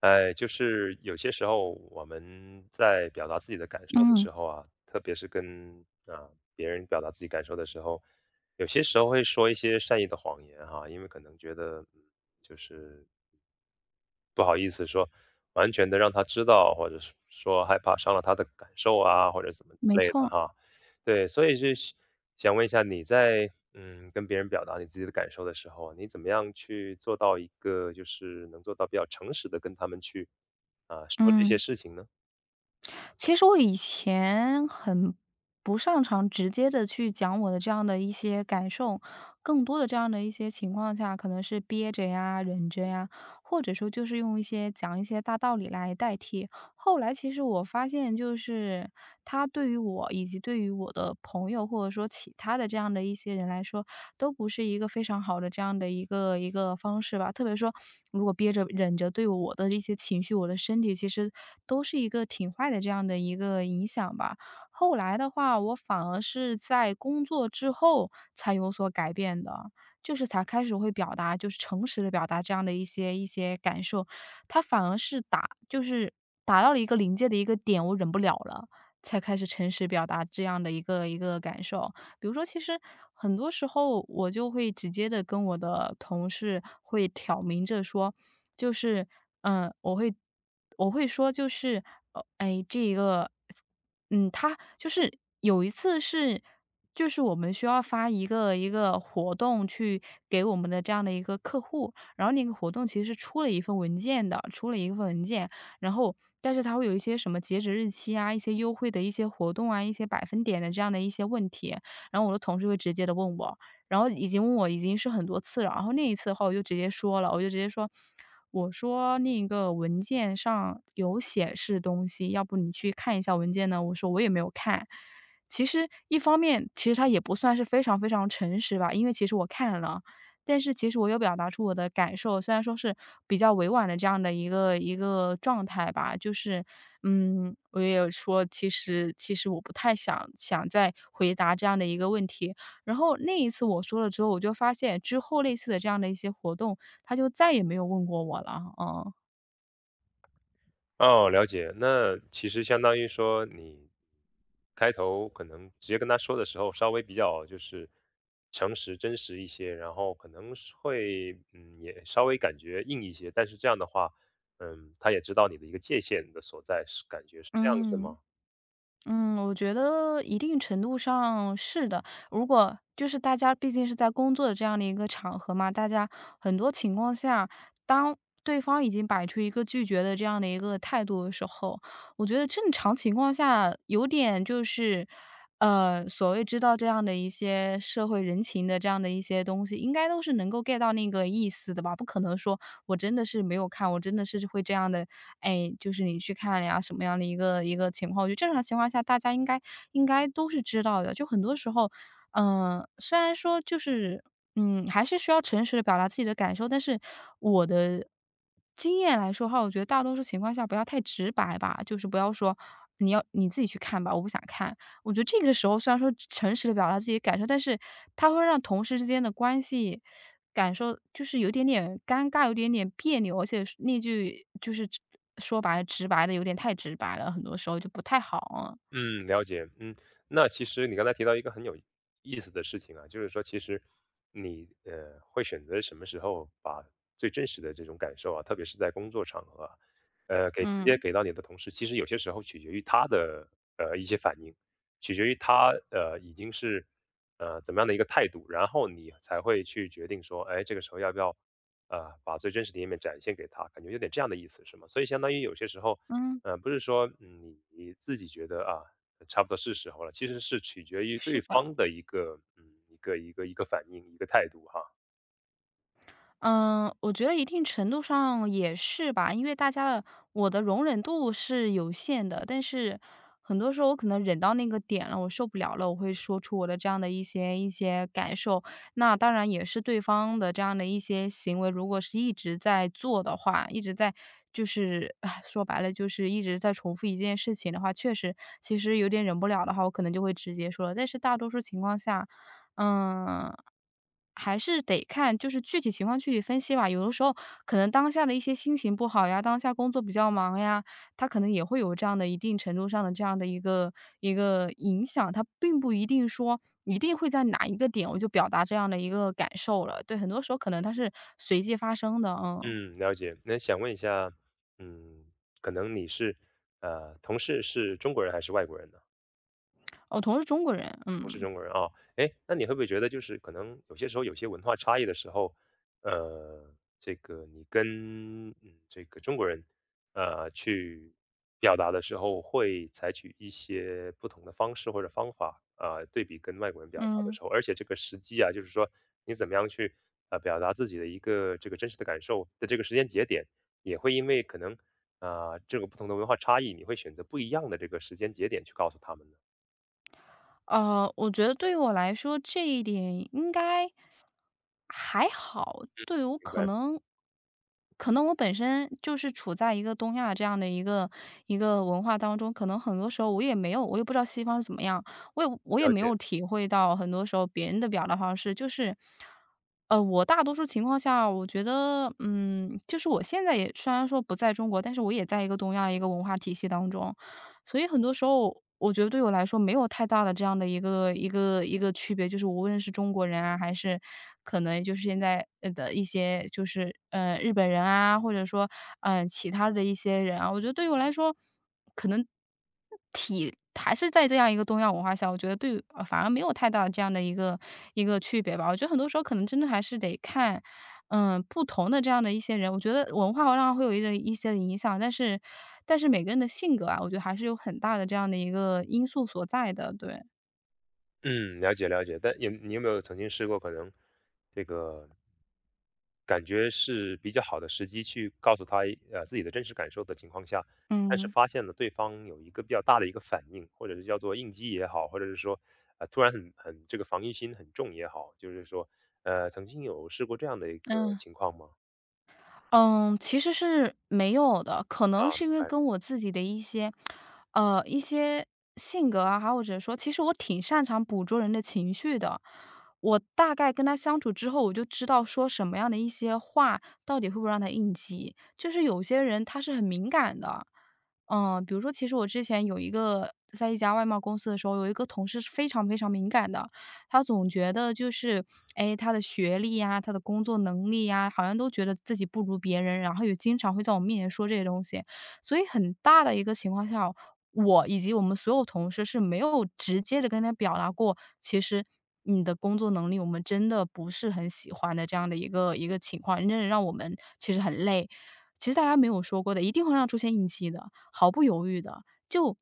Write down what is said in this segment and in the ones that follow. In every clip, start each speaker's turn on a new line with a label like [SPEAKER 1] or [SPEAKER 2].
[SPEAKER 1] 哎，就是有些时候我们在表达自己的感受的
[SPEAKER 2] 嗯，
[SPEAKER 1] 时候啊，特别是跟啊别人表达自己感受的时候，有些时候会说一些善意的谎言哈，因为可能觉得就是不好意思说，完全的让他知道，或者是说害怕伤了他的感受啊，或者怎么之
[SPEAKER 2] 没
[SPEAKER 1] 类的
[SPEAKER 2] 错，
[SPEAKER 1] 哈。对，所以是想问一下你在，跟别人表达你自己的感受的时候，你怎么样去做到一个就是能做到比较诚实的跟他们去，啊，说这些
[SPEAKER 2] 嗯。
[SPEAKER 1] 事情呢？
[SPEAKER 2] 其实我以前很不擅长直接的去讲我的这样的一些感受。更多的这样的一些情况下，可能是憋着呀、忍着呀，或者说就是用一些讲一些大道理来代替。后来其实我发现，就是他对于我以及对于我的朋友，或者说其他的这样的一些人来说，都不是一个非常好的这样的一个方式吧。特别说，如果憋着忍着对我的一些情绪，我的身体其实都是一个挺坏的这样的一个影响吧。后来的话，我反而是在工作之后才有所改变的。就是才开始会表达，就是诚实的表达这样的一些感受，他反而是就是达到了一个临界的一个点，我忍不了了，才开始诚实表达这样的一个感受。比如说，其实很多时候我就会直接的跟我的同事会挑明着说，就是嗯，呃我会我会说就是，这个他就是有一次是就是我们需要发一个活动去给我们的这样的一个客户，然后那个活动其实是出了一份文件，然后但是它会有一些什么截止日期啊，一些优惠的一些活动啊，一些百分点的这样的一些问题，然后我的同事会直接的问我，然后已经问我已经是很多次了，然后那一次的话我就直接说了，我就直接说，我说："那个文件上有显示东西，要不你去看一下文件呢？"我说："我也没有看。"其实一方面，其实他也不算是非常非常诚实吧，因为其实我看了。但是其实我有表达出我的感受，虽然说是比较委婉的这样的一个状态吧，就是，嗯，我也有说，其实我不太想再回答这样的一个问题。然后那一次我说了之后，我就发现之后类似的这样的一些活动，他就再也没有问过我了，嗯。
[SPEAKER 1] 哦，了解。那其实相当于说，你开头可能直接跟他说的时候，稍微比较就是诚实、真实一些，然后可能是会也稍微感觉硬一些。但是这样的话，嗯，他也知道你的一个界限的所在，是感觉是这样是
[SPEAKER 2] 嗯。
[SPEAKER 1] 吗？
[SPEAKER 2] 嗯，我觉得一定程度上是的。如果就是大家毕竟是在工作的这样的一个场合嘛，大家很多情况下，当对方已经摆出一个拒绝的这样的一个态度的时候，我觉得正常情况下有点就是，所谓知道这样的一些社会人情的这样的一些东西，应该都是能够 get 到那个意思的吧？不可能说我真的是没有看，我真的是会这样的哎，就是你去看呀什么样的一个情况。我觉得正常情况下，大家应该都是知道的。就很多时候，虽然说就是还是需要诚实的表达自己的感受，但是我的经验来说的话，我觉得大多数情况下不要太直白吧，就是不要说你自己去看吧，我不想看，我觉得这个时候虽然说诚实的表达自己的感受，但是他会让同事之间的关系感受就是有点点尴尬，有点点别扭，而且是那句就是直说白了直白的有点太直白了，很多时候就不太好啊，
[SPEAKER 1] 嗯，了解。嗯，那其实你刚才提到一个很有意思的事情啊，就是说其实你会选择什么时候把最真实的这种感受啊，特别是在工作场合啊，给直接
[SPEAKER 2] 嗯，
[SPEAKER 1] 给到你的同事。其实有些时候取决于他的一些反应，取决于他已经是怎么样的一个态度，然后你才会去决定说，哎，这个时候要不要把最真实的一面展现给他，感觉有点这样的意思，是吗？所以相当于有些时候。
[SPEAKER 2] 嗯，
[SPEAKER 1] 不是说，嗯，你自己觉得啊，差不多是时候了，其实是取决于
[SPEAKER 2] 是
[SPEAKER 1] 对
[SPEAKER 2] 的。
[SPEAKER 1] 方的一个，嗯，一个反应，一个态度哈。
[SPEAKER 2] 嗯，我觉得一定程度上也是吧，因为大家的我的容忍度是有限的，但是很多时候我可能忍到那个点了，我受不了了，我会说出我的这样的一些感受。那当然也是对方的这样的一些行为，如果是一直在做的话，一直在就是唉说白了就是一直在重复一件事情的话，确实其实有点忍不了的话，我可能就会直接说了。但是大多数情况下，嗯，还是得看就是具体情况具体分析吧。有的时候可能当下的一些心情不好呀，当下工作比较忙呀，他可能也会有这样的一定程度上的这样的一个影响。他并不一定说一定会在哪一个点我就表达这样的一个感受了。对，很多时候可能它是随机发生的，嗯。
[SPEAKER 1] 嗯，了解。那想问一下，嗯，可能你是，同事是中国人还是外国人呢？
[SPEAKER 2] 我同是中国人，
[SPEAKER 1] 我是
[SPEAKER 2] 嗯，
[SPEAKER 1] 中国人啊，哎，那你会不会觉得就是可能有些时候有些文化差异的时候，呃，这个你跟这个中国人，去表达的时候会采取一些不同的方式或者方法啊，对比跟外国人表达的
[SPEAKER 2] 嗯。
[SPEAKER 1] 时候，而且这个时机啊，就是说你怎么样去表达自己的一个这个真实的感受的这个时间节点，也会因为可能啊、这个不同的文化差异，你会选择不一样的这个时间节点去告诉他们呢，
[SPEAKER 2] 我觉得对于我来说，这一点应该还好。对于我
[SPEAKER 1] 明白？
[SPEAKER 2] 可能我本身就是处在一个东亚这样的一个文化当中，可能很多时候我也没有，我也不知道西方是怎么样，我也
[SPEAKER 1] 了
[SPEAKER 2] 没有
[SPEAKER 1] 解。
[SPEAKER 2] 体会到很多时候别人的表达方式，就是我大多数情况下，我觉得，就是我现在也虽然说不在中国，但是我也在一个东亚一个文化体系当中，所以很多时候，我觉得对我来说没有太大的这样的一个区别，就是无论是中国人啊，还是可能就是现在的一些就是日本人啊，或者说其他的一些人啊，我觉得对于我来说，可能还是在这样一个东亚文化下，我觉得对于反而没有太大的这样的一个区别吧。我觉得很多时候可能真的还是得看，嗯，不同的这样的一些人，我觉得文化会让会有一些影响，但是每个人的性格啊，我觉得还是有很大的这样的一个因素所在的，对。
[SPEAKER 1] 嗯，了解了解。但有你有没有曾经试过可能这个感觉是比较好的时机去告诉他自己的真实感受的情况下，但是
[SPEAKER 2] 嗯。
[SPEAKER 1] 发现了对方有一个比较大的一个反应，或者是叫做应激也好，或者是说突然很这个防御心很重也好，就是说曾经有试过这样的一个
[SPEAKER 2] 嗯。
[SPEAKER 1] 情况吗？
[SPEAKER 2] 嗯，其实是没有的，可能
[SPEAKER 1] 啊，
[SPEAKER 2] 是
[SPEAKER 1] 明
[SPEAKER 2] 因为
[SPEAKER 1] 白。
[SPEAKER 2] 跟我自己的一些性格啊，还或者说，其实我挺擅长捕捉人的情绪的。我大概跟他相处之后，我就知道说什么样的一些话到底会不会让他应激。就是有些人他是很敏感的，嗯，比如说，其实我之前有一个在一家外贸公司的时候，有一个同事是非常非常敏感的，他总觉得就是，哎，他的学历呀，他的工作能力呀，好像都觉得自己不如别人，然后也经常会在我面前说这些东西。所以很大的一个情况下，我以及我们所有同事是没有直接的跟他表达过，其实你的工作能力我们真的不是很喜欢的这样的一个情况，真的让我们其实很累。其实大家没有说过的，一定会让出现应激的，毫不犹豫的。就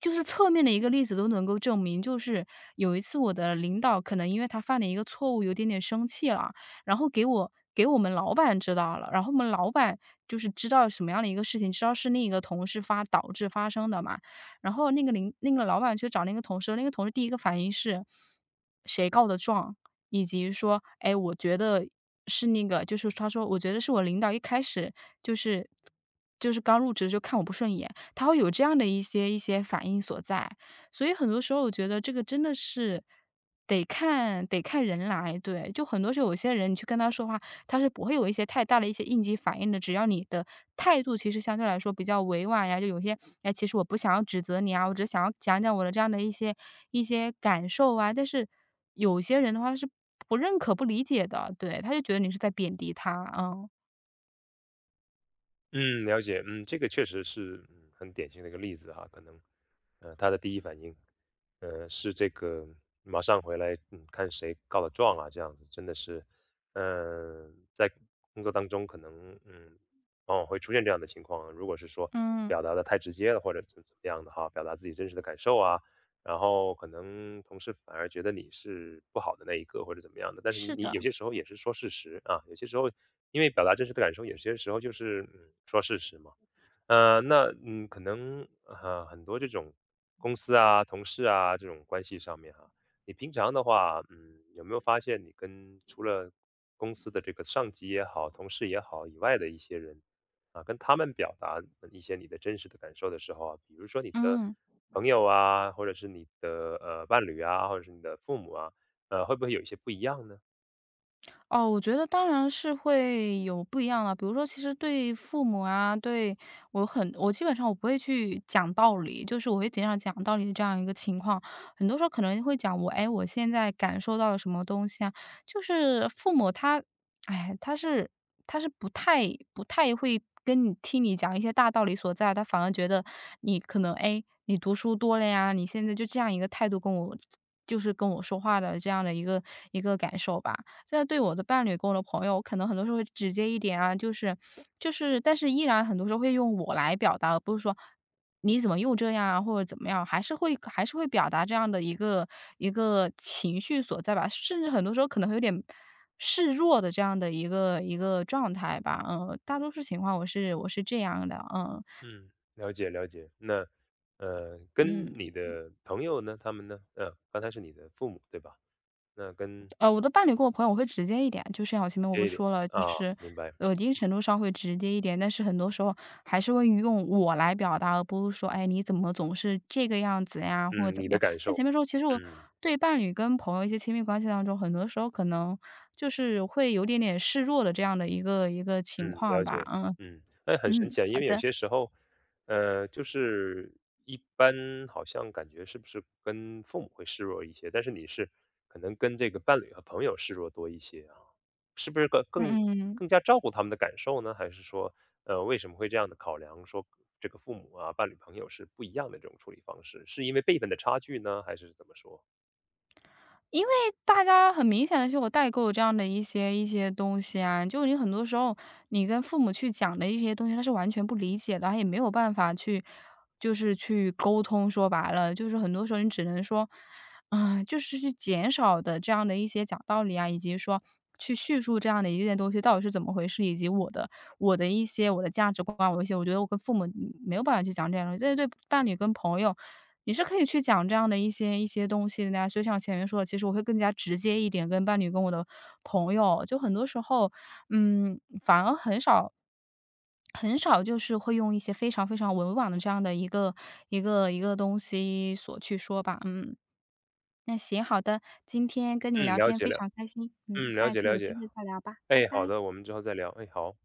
[SPEAKER 2] 就是侧面的一个例子都能够证明，就是有一次我的领导可能因为他犯了一个错误，有点点生气了，然后给我们老板知道了，然后我们老板就是知道什么样的一个事情，知道是另一个同事导致发生的嘛，然后那个领那个老板去找那个同事，那个同事第一个反应是谁告的状，以及说，哎，我觉得是那个，就是他说，我觉得是我领导一开始就是刚入职就看我不顺眼，他会有这样的一些反应所在。所以很多时候我觉得这个真的是得看得看人来，对。就很多时候有些人你去跟他说话，他是不会有一些太大的一些应激反应的，只要你的态度其实相对来说比较委婉呀，就有些哎，其实我不想要指责你啊，我只是想要讲讲我的这样的一些感受啊。但是有些人的话他是不认可、不理解的，对，他就觉得你是在贬低他，嗯。
[SPEAKER 1] 嗯，了解。嗯，这个确实是，嗯，很典型的一个例子哈。可能，他的第一反应，是这个马上回来，嗯，看谁告的状啊，这样子真的是，嗯，在工作当中可能，嗯，往往会出现这样的情况。如果是说
[SPEAKER 2] 嗯，
[SPEAKER 1] 表达的太直接了，或者怎么样的哈，表达自己真实的感受啊。然后可能同事反而觉得你是不好的那一个或者怎么样的，但是
[SPEAKER 2] 是
[SPEAKER 1] 你
[SPEAKER 2] 的，
[SPEAKER 1] 有些时候也是说事实啊，有些时候因为表达真实的感受，有些时候就是说事实嘛，那可能很多这种公司啊、同事啊这种关系上面哈、你平常的话，嗯有没有发现你跟除了公司的这个上级也好、同事也好以外的一些人啊，跟他们表达一些你的真实的感受的时候啊，比如说你的
[SPEAKER 2] 嗯。
[SPEAKER 1] 朋友啊，或者是你的伴侣啊，或者是你的父母啊，会不会有一些不一样呢？
[SPEAKER 2] 哦，我觉得当然是会有不一样了。比如说，其实对父母啊，对我基本上我不会去讲道理，就是我会尽量讲道理的这样一个情况。很多时候可能会讲我，哎，我现在感受到了什么东西啊？就是父母他，哎，他是不太会跟你听你讲一些大道理所在，他反而觉得你可能，哎，你读书多了呀，你现在就这样一个态度跟我。就是跟我说话的这样的一个感受吧，现在对我的伴侣跟我的朋友，我可能很多时候会直接一点啊，就是但是依然很多时候会用我来表达，而不是说你怎么又这样啊，或者怎么样，还是会表达这样的一个情绪所在吧，甚至很多时候可能会有点示弱的这样的一个状态吧。嗯，大多数情况我这样的，嗯
[SPEAKER 1] 嗯，了解了解。那
[SPEAKER 2] 嗯。
[SPEAKER 1] 跟你的朋友呢，他们呢，刚才是你的父母对吧？那跟
[SPEAKER 2] 我的伴侣跟我朋友我会直接一点，就像我前面我
[SPEAKER 1] 这
[SPEAKER 2] 不
[SPEAKER 1] 一
[SPEAKER 2] 是
[SPEAKER 1] 点
[SPEAKER 2] 说了，就
[SPEAKER 1] 啊，
[SPEAKER 2] 是
[SPEAKER 1] 明白。
[SPEAKER 2] 呃一定程度上会直接一点，但是很多时候还是会用我来表达，而不是说，哎，你怎么总是这个样子呀，或者
[SPEAKER 1] 嗯，
[SPEAKER 2] 怎
[SPEAKER 1] 你
[SPEAKER 2] 么
[SPEAKER 1] 的
[SPEAKER 2] 样。
[SPEAKER 1] 感
[SPEAKER 2] 像
[SPEAKER 1] 受，
[SPEAKER 2] 前面说，其实我
[SPEAKER 1] 嗯
[SPEAKER 2] 对伴侣跟朋友一些亲密关系当中，很多时候可能就是会有点点示弱的这样的一个情
[SPEAKER 1] 嗯，
[SPEAKER 2] 况
[SPEAKER 1] 了
[SPEAKER 2] 吧。
[SPEAKER 1] 解。
[SPEAKER 2] 嗯
[SPEAKER 1] 嗯，哎，很神
[SPEAKER 2] 嗯，
[SPEAKER 1] 奇啊，
[SPEAKER 2] 好
[SPEAKER 1] 因为有
[SPEAKER 2] 的，
[SPEAKER 1] 些时候，就是一般好像感觉是不是跟父母会示弱一些，但是你是可能跟这个伴侣和朋友示弱多一些啊。是不是更
[SPEAKER 2] 嗯
[SPEAKER 1] 更
[SPEAKER 2] 嗯。
[SPEAKER 1] 更加照顾他们的感受呢？还是说，为什么会这样的考量？说这个父母啊、伴侣、朋友是不一样的这种处理方式，是因为辈分的差距呢，还是怎么说？
[SPEAKER 2] 因为大家很明显的是我代购这样的一些东西啊，就你很多时候你跟父母去讲的一些东西，他是完全不理解的，他也没有办法去就是去沟通，说白了，就是很多时候你只能说，啊，就是去减少的这样的一些讲道理啊，以及说去叙述这样的一件东西到底是怎么回事，以及我的一些我的价值观啊，我一些我觉得我跟父母没有办法去讲这样的东西，这是对伴侣跟朋友你是可以去讲这样的一些东西的呀，就像前面说的，其实我会更加直接一点，跟伴侣、跟我的朋友，就很多时候，嗯，反而很少就是会用一些非常非常委婉的这样的一个东西所去说吧，嗯。那行，好的，今天跟你
[SPEAKER 1] 嗯，
[SPEAKER 2] 聊
[SPEAKER 1] 了
[SPEAKER 2] 天
[SPEAKER 1] 解
[SPEAKER 2] 非
[SPEAKER 1] 了，
[SPEAKER 2] 常开心，嗯，
[SPEAKER 1] 嗯，了
[SPEAKER 2] 下一
[SPEAKER 1] 解
[SPEAKER 2] 次
[SPEAKER 1] 了
[SPEAKER 2] 有机
[SPEAKER 1] 解。
[SPEAKER 2] 会再聊吧，拜
[SPEAKER 1] 哎，好
[SPEAKER 2] 拜。
[SPEAKER 1] 的，我们之后再聊。哎，好。